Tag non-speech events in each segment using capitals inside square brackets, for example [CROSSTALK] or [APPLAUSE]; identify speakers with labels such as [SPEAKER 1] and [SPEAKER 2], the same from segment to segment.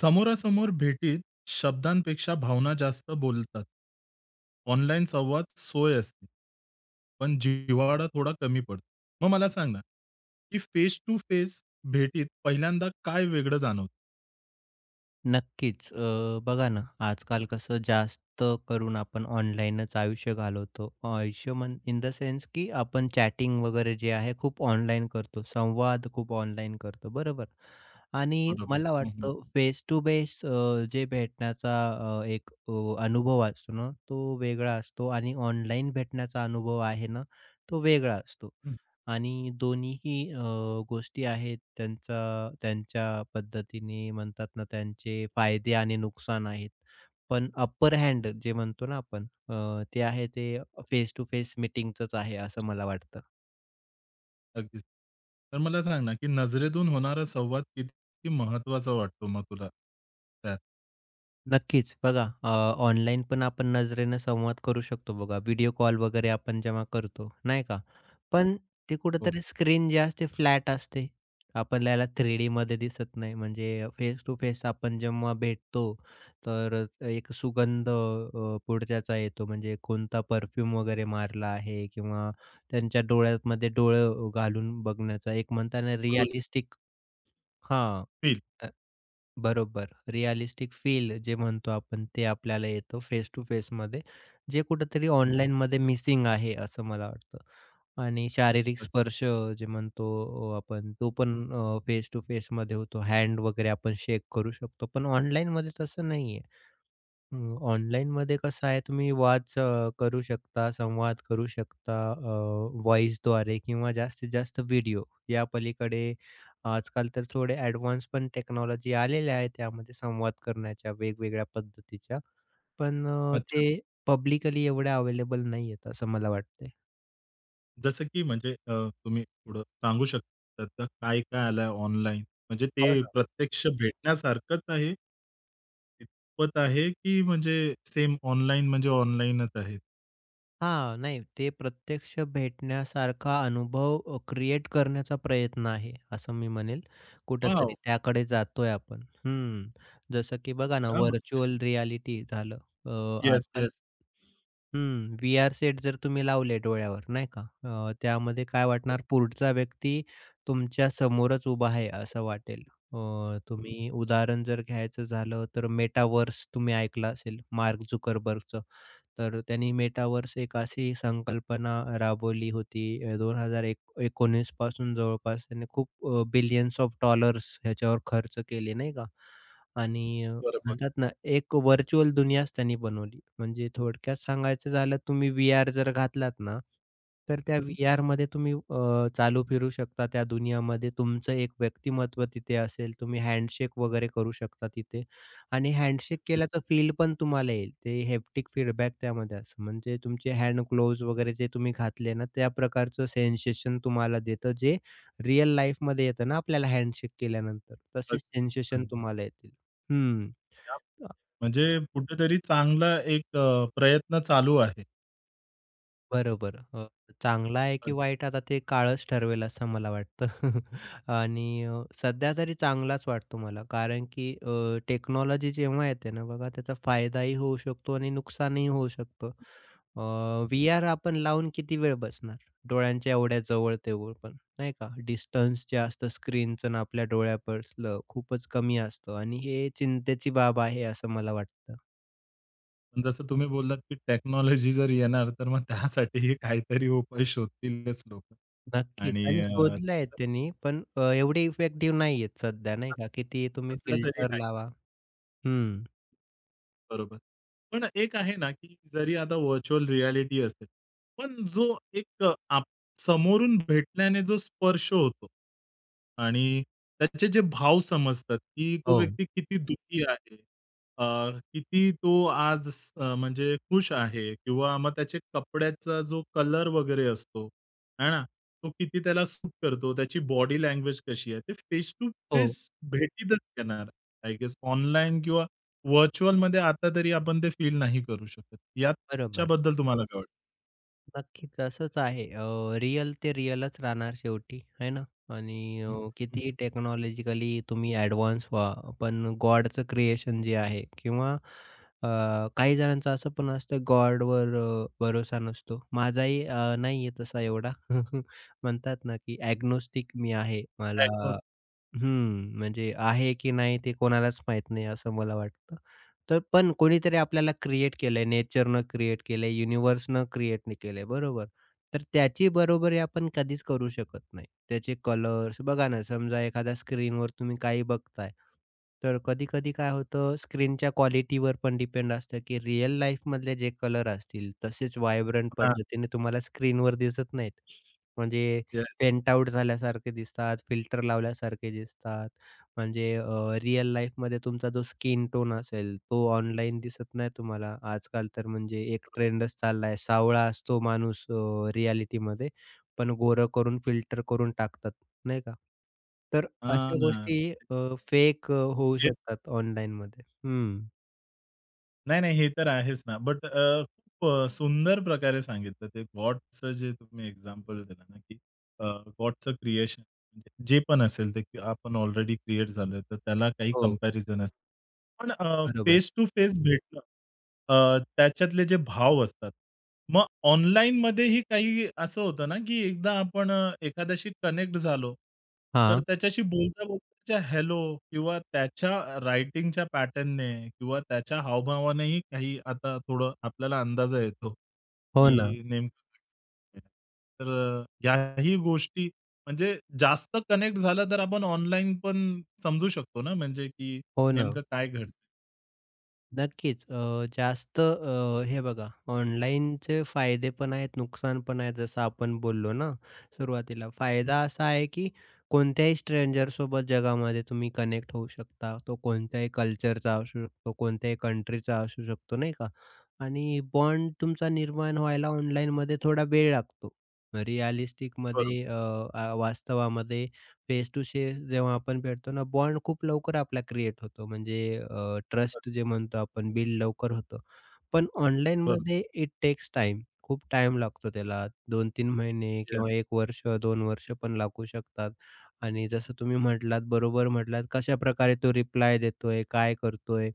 [SPEAKER 1] समोरासमोर भेटीत शब्दांपेक्षा भावना जास्त बोलतात. ऑनलाईन संवाद सोय असते. पण जिव्हाळा थोडा कमी पडतो. मग मला सांग ना, की फेस टू फेस भेटीत पहिल्यांदा काय वेगळं जाणवतं?
[SPEAKER 2] नक्कीच. बघा ना, आजकाल कसं जास्त करून आपण ऑनलाईनच आयुष्य घालवतो. आयुष्य म्हण इन द सेन्स की आपण चॅटिंग वगैरे जे आहे खूप ऑनलाईन करतो. संवाद खूप ऑनलाईन करतो, बरोबर? आणि
[SPEAKER 1] बरोबर.
[SPEAKER 2] मला
[SPEAKER 1] हं, हं.
[SPEAKER 2] वाटतं फेस टू फेस जे भेटण्याचा एक अनुभव असतो ना, तो वेगळा असतो आणि ऑनलाईन भेटण्याचा अनुभव आहे ना, तो वेगळा असतो.
[SPEAKER 1] हं,
[SPEAKER 2] आणि दोन्हीही गोष्टी आहेत त्यांचा त्यांच्या पद्धतीने म्हणतात ना त्यांचे फायदे आणि नुकसान आहेत. पण अपर हँड जे म्हणतो ना आपण ते आहे ते फेस टू फेस मीटिंगचंच आहे असं मला वाटतं.
[SPEAKER 1] अगदीच. तर मला सांग ना, की नजरेतून होणारा संवाद किती महत्त्वाचा वाटतो मग तुला त्यात?
[SPEAKER 2] नक्कीच. बघा ऑनलाईन पण आपण नजरेनं संवाद करू शकतो बघा. व्हिडिओ कॉल वगैरे आपण जेव्हा करतो, नाही का? पण ते
[SPEAKER 1] हो.
[SPEAKER 2] कुठेतरी स्क्रीन जे असते फ्लॅट असते. आपल्याला 3Dमध्ये दिसत नाही. म्हणजे फेस टू फेस आपण जेव्हा भेटतो, तर एक सुगंध पुढच्याचा येतो. म्हणजे कोणता परफ्यूम वगैरे मारला आहे किंवा त्यांच्या डोळ्यामध्ये डोळे घालून बघण्याचा एक म्हणताना
[SPEAKER 1] बोलू
[SPEAKER 2] रिअलिस्टिक हां.
[SPEAKER 1] शकतील.
[SPEAKER 2] बरोबर. रिअलिस्टिक फील जे म्हणतो आपण ते आपल्याला येतं फेस टू फेसमध्ये, जे कुठेतरी हो.
[SPEAKER 1] हं.
[SPEAKER 2] ऑनलाईनमध्ये मिसिंग आहे असं मला वाटतं. आणि शारीरिक स्पर्श जे म्हणतो आपण तो पण फेस टू फेसमध्ये होतो. हँड वगैरे आपण शेक करू शकतो. पण ऑनलाईनमध्ये तसं नाहीये. हं, ऑनलाईनमध्ये कसं आहे तुम्ही वाद करू शकता, संवाद करू शकता द्वारे किंवा जास्तीत जास्त व्हिडिओ. या पलीकडे आजकाल तर थोडे ॲडव्हान्स पण टेक्नॉलॉजी आलेल्या आहेत त्यामध्ये संवाद करण्याच्या वेगवेगळ्या पद्धतीच्या. पण
[SPEAKER 1] अच्छा.
[SPEAKER 2] ते पब्लिकली एवढ्या अवेलेबल नाहीयेत असं मला वाटतंय.
[SPEAKER 1] जसं की म्हणजे तुम्ही थोडं सांगू शकता का काय-काय आलंय ऑनलाईन? म्हणजे
[SPEAKER 2] हो
[SPEAKER 1] ते
[SPEAKER 2] ना.
[SPEAKER 1] प्रत्यक्ष भेटण्यासारखंच आहे? कितपत आहे की म्हणजे सेम ऑनलाईन म्हणजे ऑनलाईनच आहे?
[SPEAKER 2] हां, नाही ते प्रत्यक्ष भेटण्यासारखा अनुभव क्रिएट करण्याचा प्रयत्न आहे, असं मी म्हणेल.
[SPEAKER 1] वॉव!
[SPEAKER 2] कुठेतरी त्याकडे जातोय आपण. हं, जसं की बघा ना
[SPEAKER 1] क्या बात!
[SPEAKER 2] व्हर्चुअल रिअॅलिटी झालं. अ,
[SPEAKER 1] येस,
[SPEAKER 2] आजकाल
[SPEAKER 1] येस.
[SPEAKER 2] हं, व्हीआर सेट जर तुम्ही लावले डोळ्यावर नाही का, त्यामध्ये काय वाटणार पुढचा व्यक्ती तुमच्या समोरच उभा आहे असं वाटेल. अ, तुम्ही उदाहरण जर घ्यायचं झालं तर मेटाव्हर्स तुम्ही ऐकलं असेल मार्क झुकरबर्गचं. तर त्यांनी मेटाव्हर्स एक अशी संकल्पना राबवली होती 2019 पासून जवळपास त्यांनी खूप बिलियन्स ऑफ डॉलर्स ह्याच्यावर खर्च केले नाही का? आणि
[SPEAKER 1] बरोबर.
[SPEAKER 2] म्हणतात ना, एक व्हर्चुअल दुनियाच त्यांनी बनवली. म्हणजे थोडक्यात सांगायचं झालं तुम्ही व्हीआर जर घातलात ना, तर त्या
[SPEAKER 1] हं.
[SPEAKER 2] व्हीआरमध्ये तुम्ही चालू फिरू शकता त्या दुनियामध्ये. तुमचं एक व्यक्तिमत्व तिथे असेल. तुम्ही हँडशेक वगैरे करू शकता तिथे. आणि हँडशेक
[SPEAKER 1] नक्कीच,
[SPEAKER 2] केल्याचा फील पण तुम्हाला येईल. ते हेप्टिक फीडबॅक त्यामध्ये असतं. म्हणजे तुमचे हँड ग्लोव्हज वगैरे जे तुम्ही घातले ना, त्या प्रकारचं सेन्सेशन तुम्हाला देतं, जे रिअल लाईफमध्ये येतं ना आपल्याला हँडशेक केल्यानंतर, तसेच
[SPEAKER 1] नक्की,
[SPEAKER 2] सेन्सेशन
[SPEAKER 1] नक्की.
[SPEAKER 2] तुम्हाला येतील. हं,
[SPEAKER 1] त्या
[SPEAKER 2] अ,
[SPEAKER 1] म्हणजे कुठेतरी चांगला एक प्रयत्न चालू आहे.
[SPEAKER 2] बरोबर. चांगला आहे की
[SPEAKER 1] अगदी.
[SPEAKER 2] वाईट आता ते काळच ठरवेल असं मला वाटतं. [LAUGHS] आणि सध्या तरी चांगलाच वाटतो मला. कारण की टेक्नॉलॉजी जेव्हा येते ना बघा, त्याचा फायदाही होऊ शकतो आणि नुकसानही होऊ शकतं. अ, व्हीआर आपण लावून किती वेळ बसणार? डोळ्यांच्या एवढ्या जवळ तेवढं पण, नाही का? डिस्टन्स जे असतं स्क्रीनचं आणि आपल्या डोळ्यापासलं खूपच कमी असतं आणि हे चिंतेची बाब आहे असं मला वाटतं.
[SPEAKER 1] पण जसं तुम्ही बोललात की टेक्नॉलॉजी जर येणार तर मग त्यासाठीही काहीतरी उपाय शोधतीलच लोकं.
[SPEAKER 2] नक्कीच
[SPEAKER 1] आणि
[SPEAKER 2] आणि शोधलंय त्यांनी पण एवढे इफेक्टिव्ह नाहीयेत सध्या, नाही का? किती तुम्ही
[SPEAKER 1] सध्या तरी
[SPEAKER 2] फिल्टर
[SPEAKER 1] नाही.
[SPEAKER 2] लावा. हं.
[SPEAKER 1] बरोबर. पण एक आहे ना, की जरी आता व्हर्चुअल रिॲलिटी असेल, पण जो एक आप समोरून भेटल्याने जो स्पर्श होतो आणि त्याचे जे भाव समजतात, की तो
[SPEAKER 2] हो.
[SPEAKER 1] व्यक्ती किती दुःखी आहे, अ, किती तो आज म्हणजे खुश आहे किंवा मग त्याचे कपड्याचा जो कलर वगैरे असतो, आहे ना? तो किती त्याला सूट करतो, त्याची बॉडी लँग्वेज कशी आहे, ते फेस टू
[SPEAKER 2] हो.
[SPEAKER 1] फेस भेटीतच येणार आय गेस. ऑनलाईन किंवा व्हर्चुअलमध्ये आता तरी आपण ते फील नाही करू शकत.
[SPEAKER 2] बरोबर.
[SPEAKER 1] याच्याबद्दल तुम्हाला काय वाटतं?
[SPEAKER 2] नक्कीच असंच आहे. रिअल ते रिअलच राहणार शेवटी, आहे ना? आणि
[SPEAKER 1] हं,
[SPEAKER 2] हं.
[SPEAKER 1] हं.
[SPEAKER 2] कितीही टेक्नॉलॉजिकली तुम्ही ॲडव्हान्स व्हा, पण गॉडचं क्रिएशन जे आहे किंवा अ, काही जणांचं असं पण असतं गॉडवर भरोसा नसतो. माझाही नाहीये तसा एवढा. [LAUGHS] म्हणतात ना, की ॲग्नोस्टिक मी आहे. मला
[SPEAKER 1] [UNINTELLIGIBLE]
[SPEAKER 2] हम्म, म्हणजे आहे की नाही ते कोणालाच माहीत नाही असं मला वाटतं. तर पण कोणीतरी आपल्याला क्रिएट केलंय, नेचरनं क्रिएट केलंय, युनिव्हर्सनं क्रिएट नाही केलंय, बरोबर. तर त्याची बरोबरी आपण कधीच करू शकत नाही. त्याचे कलर्स बघा ना, समजा एखाद्या स्क्रीनवर तुम्ही काही बघताय, तर कधी-कधी काय होतं स्क्रीनच्या क्वालिटीवर पण डिपेंड असतं, की रिअल लाईफमधले जे कलर असतील तसेच व्हायब्रंट
[SPEAKER 1] हां,
[SPEAKER 2] पद्धतीने तुम्हाला स्क्रीनवर दिसत नाहीत. म्हणजे
[SPEAKER 1] येस.
[SPEAKER 2] पेंट आउट झाल्यासारखे दिसतात, फिल्टर लावल्यासारखे दिसतात. म्हणजे रिअल लाईफमध्ये तुमचा जो स्किन टोन असेल, तो ऑनलाईन दिसत नाही तुम्हाला. आजकाल तर म्हणजे एक ट्रेंडच चालला आहे. सावळा असतो माणूस रिॲलिटीमध्ये, पण गोरं करून फिल्टर करून टाकतात, नाही का? तर
[SPEAKER 1] हां
[SPEAKER 2] अशा
[SPEAKER 1] ना.
[SPEAKER 2] गोष्टी फेक होऊ
[SPEAKER 1] हे
[SPEAKER 2] शकतात ऑनलाईनमध्ये. हं.
[SPEAKER 1] नाही, नाही. हे तर आहेच ना. बट खूप सुंदर प्रकारे सांगितलं ते GOTचं जे तुम्ही एक्झाम्पल दिलं ना, की अ, GOTचं क्रिएशन म्हणजे जे पण असेल ते की आपण ऑलरेडी क्रिएट झालोय, तर त्याला काही
[SPEAKER 2] हो,
[SPEAKER 1] कंपॅरिझन असतं. पण
[SPEAKER 2] बरोबर.
[SPEAKER 1] फेस टू फेस भेटणं, त्याच्यातले जे भाव असतात. मग ऑनलाईनमध्येही काही असं होतं ना, की एकदा आपण एखाद्याशी कनेक्ट झालो, तर
[SPEAKER 2] हां.
[SPEAKER 1] त्याच्याशी बोलता-बोलताच्या हॅलो किंवा त्याच्या रायटिंगच्या पॅटर्नने किंवा त्याच्या हावभावानेही काही आता थोडं आपल्याला अंदाजा येतो,
[SPEAKER 2] हो ना.
[SPEAKER 1] की नेमकं काय. तर याही गोष्टी म्हणजे जास्त कनेक्ट झालं तर आपण ऑनलाईन पण समजू शकतो ना, म्हणजे की
[SPEAKER 2] हो ना.
[SPEAKER 1] नेमकं काय घडतंय?
[SPEAKER 2] नक्कीच. हे बघा ऑनलाईनचे फायदे पण आहेत, नुकसान पण आहेत जसं आपण बोललो ना सुरुवातीला. फायदा असा आहे की कोणत्याही स्ट्रेंजरसोबत जगामध्ये तुम्ही कनेक्ट होऊ शकता. तो कोणत्याही कल्चरचा असू शकतो, कोणत्याही कंट्रीचा असू शकतो नाही का? आणि बॉन्ड तुमचा निर्माण व्हायला ऑनलाईनमध्ये थोडा वेळ लागतो.
[SPEAKER 1] बरोबर,
[SPEAKER 2] रिअलिस्टिकमध्ये वास्तवामध्ये फेस टू फेस जेव्हा आपण भेटतो ना, बॉन्ड खूप लवकर आपला क्रिएट होतो. म्हणजे ट्रस्ट जे म्हणतो आपण बिल्ड लवकर होतं. पण
[SPEAKER 1] बरोबर.
[SPEAKER 2] ऑनलाईनमध्ये इट टेक्स टाइम खूप टाइम लागतो त्याला. दोन 3 महिने किंवा एक वर्ष, दोन वर्ष पण लागू शकतात. आणि जसं तुम्ही म्हटलात, बरोबर म्हटलात, कशाप्रकारे तो रिप्लाय देतोय, काय करतोय.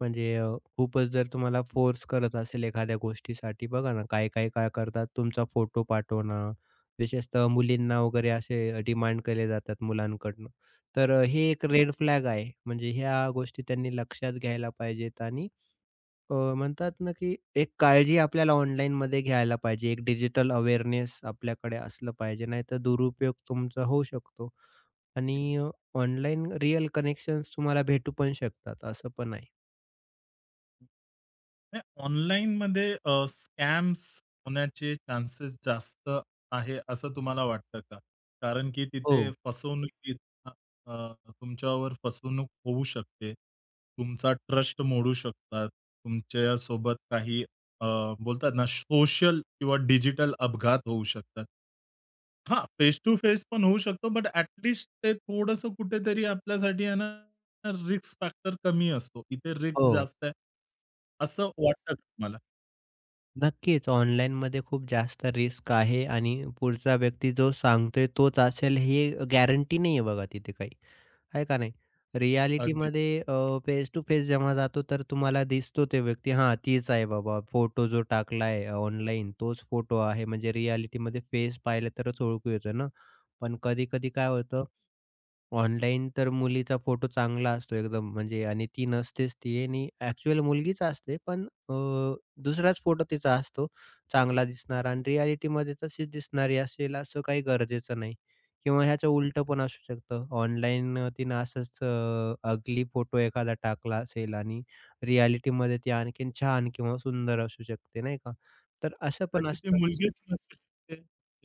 [SPEAKER 2] म्हणजे खूपच जर तुम्हाला फोर्स करत असेल एखाद्या गोष्टीसाठी बघा ना, काही-काही काय काय करतात, तुमचा फोटो पाठवणं विशेषतः मुलींना वगैरे असे डिमांड केले जातात मुलांकडनं. तर हे एक रेड फ्लॅग आहे. म्हणजे ह्या गोष्टी त्यांनी लक्षात घ्यायला पाहिजेत आणि म्हणतात ना, की एक काळजी आपल्याला ऑनलाईनमध्ये घ्यायला पाहिजे. एक डिजिटल अवेअरनेस आपल्याकडे असलं पाहिजे. नाहीतर दुरुपयोग तुमचा होऊ शकतो
[SPEAKER 1] येस.
[SPEAKER 2] आणि ऑनलाईन रिअल कनेक्शन्स तुम्हाला भेटू पण शकतात. असं पण आहे.
[SPEAKER 1] नाही, ऑनलाईनमध्ये स्कॅम्स होण्याचे चान्सेस जास्त आहे, असं तुम्हाला वाटतं का? कारण की
[SPEAKER 2] हो,
[SPEAKER 1] तिथे फसवणुकीत अ, अ, तुमच्यावर फसवणूक होऊ शकते. तुमचा ट्रस्ट मोडू शकतात. तुमच्या सोबत काही अ, बोलतात ना, सोशल किंवा डिजिटल अपघात होऊ शकतात. हां, फेस टू फेस पण होऊ शकतो, बट ॲट, ते थोडंसं कुठेतरी आपल्यासाठी आहे ना, रिस्क फॅक्टर कमी असतो. इथे रिस्क
[SPEAKER 2] हो.
[SPEAKER 1] जास्त आहे. असं वाटतं का तुम्हाला?
[SPEAKER 2] नक्कीच, ऑनलाईनमध्ये खूप जास्त रिस्क आहे आणि पुढचा व्यक्ती जो सांगतोय तोच असेल हे गॅरंटी नाही आहे बघा तिथे काही, आहे का नाही?
[SPEAKER 1] अगदी.
[SPEAKER 2] रिॲलिटीमध्ये फेस टू फेस जेव्हा जातो तर तुम्हाला दिसतो ते व्यक्ती, हां, तीच आहे बाबा. फोटो जो टाकलाय ऑनलाईन तोच फोटो आहे. म्हणजे रिॲलिटीमध्ये फेस पाहिलं तरच ओळखू येतं ना. पण कधी-कधी काय होतं ऑनलाईन तर मुलीचा फोटो चांगला असतो एकदम म्हणजे आणि ती नसतेच ती आणि ॲक्चुअल मुलगीच असते पण दुसराच फोटो तिचा असतो चांगला दिसणारा आणि रिॲलिटीमध्ये तशीच दिसणारी असेल असं काही गरजेचं नाही किंवा ह्याचं उलटं पण असू शकतं. ऑनलाईन तिनं असंच अगली फोटो एखादा टाकला असेल आणि रिॲलिटीमध्ये ती आणखीन छान किंवा सुंदर असू शकते, नाही का? तर असं पण
[SPEAKER 1] कदाचित ती
[SPEAKER 2] असतं.
[SPEAKER 1] मुलगीच नसू शकते.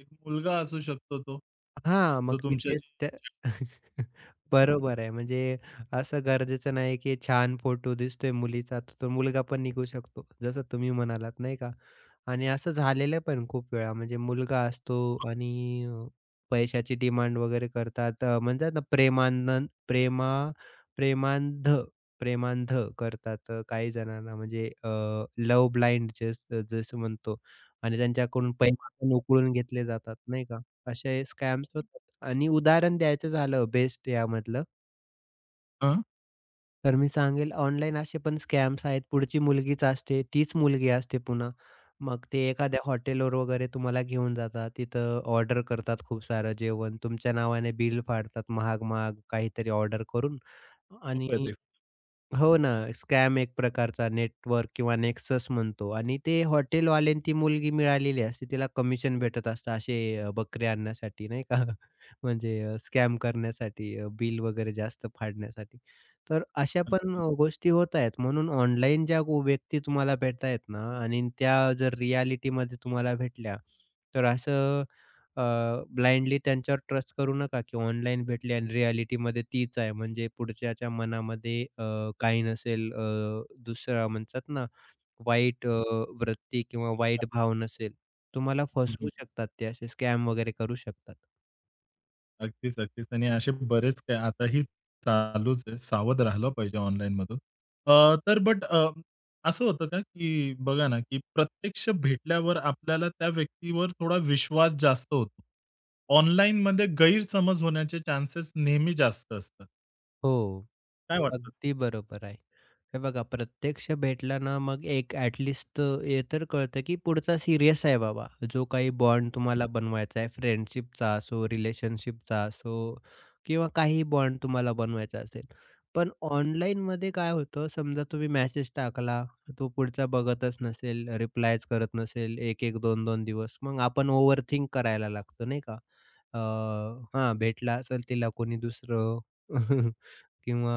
[SPEAKER 1] एक मुलगा असू शकतो तो,
[SPEAKER 2] हां,
[SPEAKER 1] जो
[SPEAKER 2] मग मी तेच
[SPEAKER 1] तुमच्याशी
[SPEAKER 2] त्या [LAUGHS] बरोबर आहे. म्हणजे असं गरजेचं नाही, की छान फोटो दिसतोय मुलीचा, तर तो मुलगा पण निघू शकतो. जसं तुम्ही म्हणालात नाही का? आणि असं झालेलं पण खूप वेळा. म्हणजे मुलगा असतो आणि पैशाची डिमांड वगैरे करतात. म्हणतात ना प्रेमानंद प्रेमा प्रेमांध प्रेमांध करतात काही जणांना. म्हणजे ब्लाइंड जसं जसं म्हणतो आणि त्यांच्याकडून पैसे
[SPEAKER 1] प्रेम.
[SPEAKER 2] पण उकळून घेतले जातात, नाही का? असे स्कॅम्स होतात आणि उदाहरण द्यायचं झालं बेस्ट यामधलं,
[SPEAKER 1] हां.
[SPEAKER 2] तर मी सांगेल ऑनलाईन असे पण स्कॅम्स आहेत. पुढची मुलगीच असते, तीच मुलगी असते पुन्हा. मग ते एखाद्या हॉटेलवर वगैरे तुम्हाला घेऊन जातात. तिथं ऑर्डर करतात खूप सारं जेवण. तुमच्या नावाने बिल फाडतात महाग-महाग काहीतरी ऑर्डर करून आणि हो ना, स्कॅम एक प्रकारचा नेटवर्क किंवा नेक्सस म्हणतो आणि ते हॉटेलवाल्याला ती मुलगी मिळालेली असते. तिला कमिशन भेटत असतं असे बकरे आणण्यासाठी नाही का? [LAUGHS] म्हणजे स्कॅम करण्यासाठी बिल वगैरे जास्त फाडण्यासाठी. तर अशा पण
[SPEAKER 1] [UNINTELLIGIBLE]
[SPEAKER 2] गोष्टी होत आहेत. म्हणून ऑनलाईन ज्या व्यक्ती तुम्हाला भेटतायत ना आणि त्या जर रिॲलिटीमध्ये तुम्हाला भेटल्या, तर असं ब्लाइंडली त्यांच्यावर ट्रस्ट करू नका, की ऑनलाईन भेटली आणि रिॲलिटीमध्ये तीच आहे. म्हणजे पुढच्याच्या मनामध्ये काही नसेल दुसरा म्हणतात ना, वाईट वृत्ती किंवा वाईट भाव नसेल. तुम्हाला फसवू शकतात ते असे स्कॅम वगैरे करू शकतात.
[SPEAKER 1] अगदीच, अगदीच. आणि असे बरेच काय आताही चालूच आहे. सावध राहिलं पाहिजे ऑनलाईनमधून. अ, तर बट असं होतं का, की बघा ना, की प्रत्यक्ष भेटल्यावर आपल्याला त्या व्यक्तीवर थोडा विश्वास जास्त होतो. ऑनलाईनमध्ये गैरसमज होण्याचे चान्सेस नेहमी जास्त असतात.
[SPEAKER 2] हो.
[SPEAKER 1] काय हो वाटतं?
[SPEAKER 2] अगदी बरोबर आहे. हे बघा प्रत्यक्ष भेटला ना मग एक ॲटलीस्ट हे तर कळतं, की पुढचा सीरियस आहे बाबा. जो काही बॉन्ड तुम्हाला बनवायचा आहे फ्रेंडशिपचा असो, रिलेशनशिपचा असो किंवा काही बॉन्ड तुम्हाला बनवायचा असेल. पण ऑनलाईनमध्ये काय होतं समजा तुम्ही मेसेज टाकला, तो पुढचा बघतच नसेल, रिप्लायच करत नसेल 1-1, 2-2 दिवस. मग आपण ओव्हरथिंक करायला लागतो नाही का? अ, हां, भेटला असेल तिला कोणी दुसरं. [LAUGHS] किंवा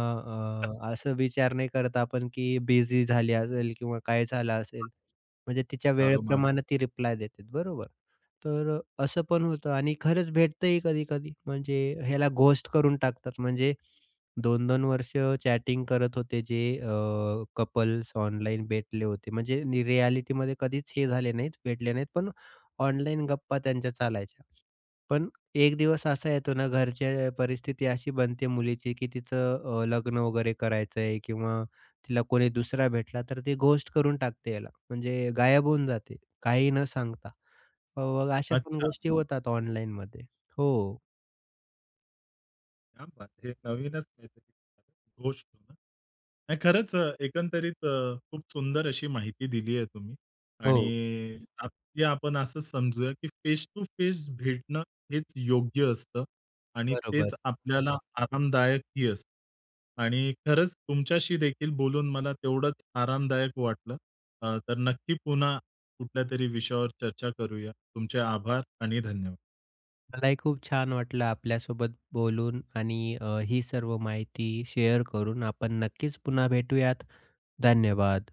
[SPEAKER 2] असं विचार नाही करत आपण की बिझी झाली असेल किंवा काय झालं असेल. म्हणजे तिच्या
[SPEAKER 1] झाडू मार.
[SPEAKER 2] वेळेप्रमाणे ती रिप्लाय देते. बरोबर. तर असं पण होतं आणि खरंच भेटतंही कधी-कधी. म्हणजे ह्याला घोस्ट करून टाकतात. म्हणजे 2 दोन वर्ष चॅटिंग करत होते जे कपल्स ऑनलाईन भेटले होते. म्हणजे नि कधीच हे झाले नाहीत, भेटले नाहीत. पण ऑनलाईन गप्पा त्यांच्या चालायच्या. पण एक दिवस असा येतो ना, घरच्या परिस्थिती अशी बनते मुलीची, की तिचं लग्न वगैरे करायचंय किंवा तिला कोणी दुसरा भेटला, तर ती घोस्ट करून टाकते याला. म्हणजे गायब होऊन जाते, काही न सांगता. अ, अशा पण
[SPEAKER 1] अच्छा.
[SPEAKER 2] गोष्टी होतात ऑनलाईनमध्ये. हो,
[SPEAKER 1] क्या बात! हे नवीनच काहीतरी गोष्ट हो ना. नाही, खरंच एकंदरीत खूप सुंदर अशी माहिती दिली आहे तुम्ही आणि
[SPEAKER 2] हो,
[SPEAKER 1] हं. आपली आपण असं समजूया, की फेस टू फेस भेटणं हेच योग्य असतं आणि
[SPEAKER 2] बरोबर.
[SPEAKER 1] तेच आपल्याला बरोबर आरामदायकही असतं. आणि खरंच तुमच्याशी देखील बोलून मला तेवढंच आरामदायक वाटलं. तर नक्की पुन्हा कुठल्यातरी विषयावर चर्चा करूया. तुमचे आभार आणि धन्यवाद.
[SPEAKER 2] मलाही खूप छान वाटलं आपल्यासोबत बोलून आणि ही सर्व माहिती शेअर करून. आपण नक्कीच पुन्हा भेटूयात. धन्यवाद.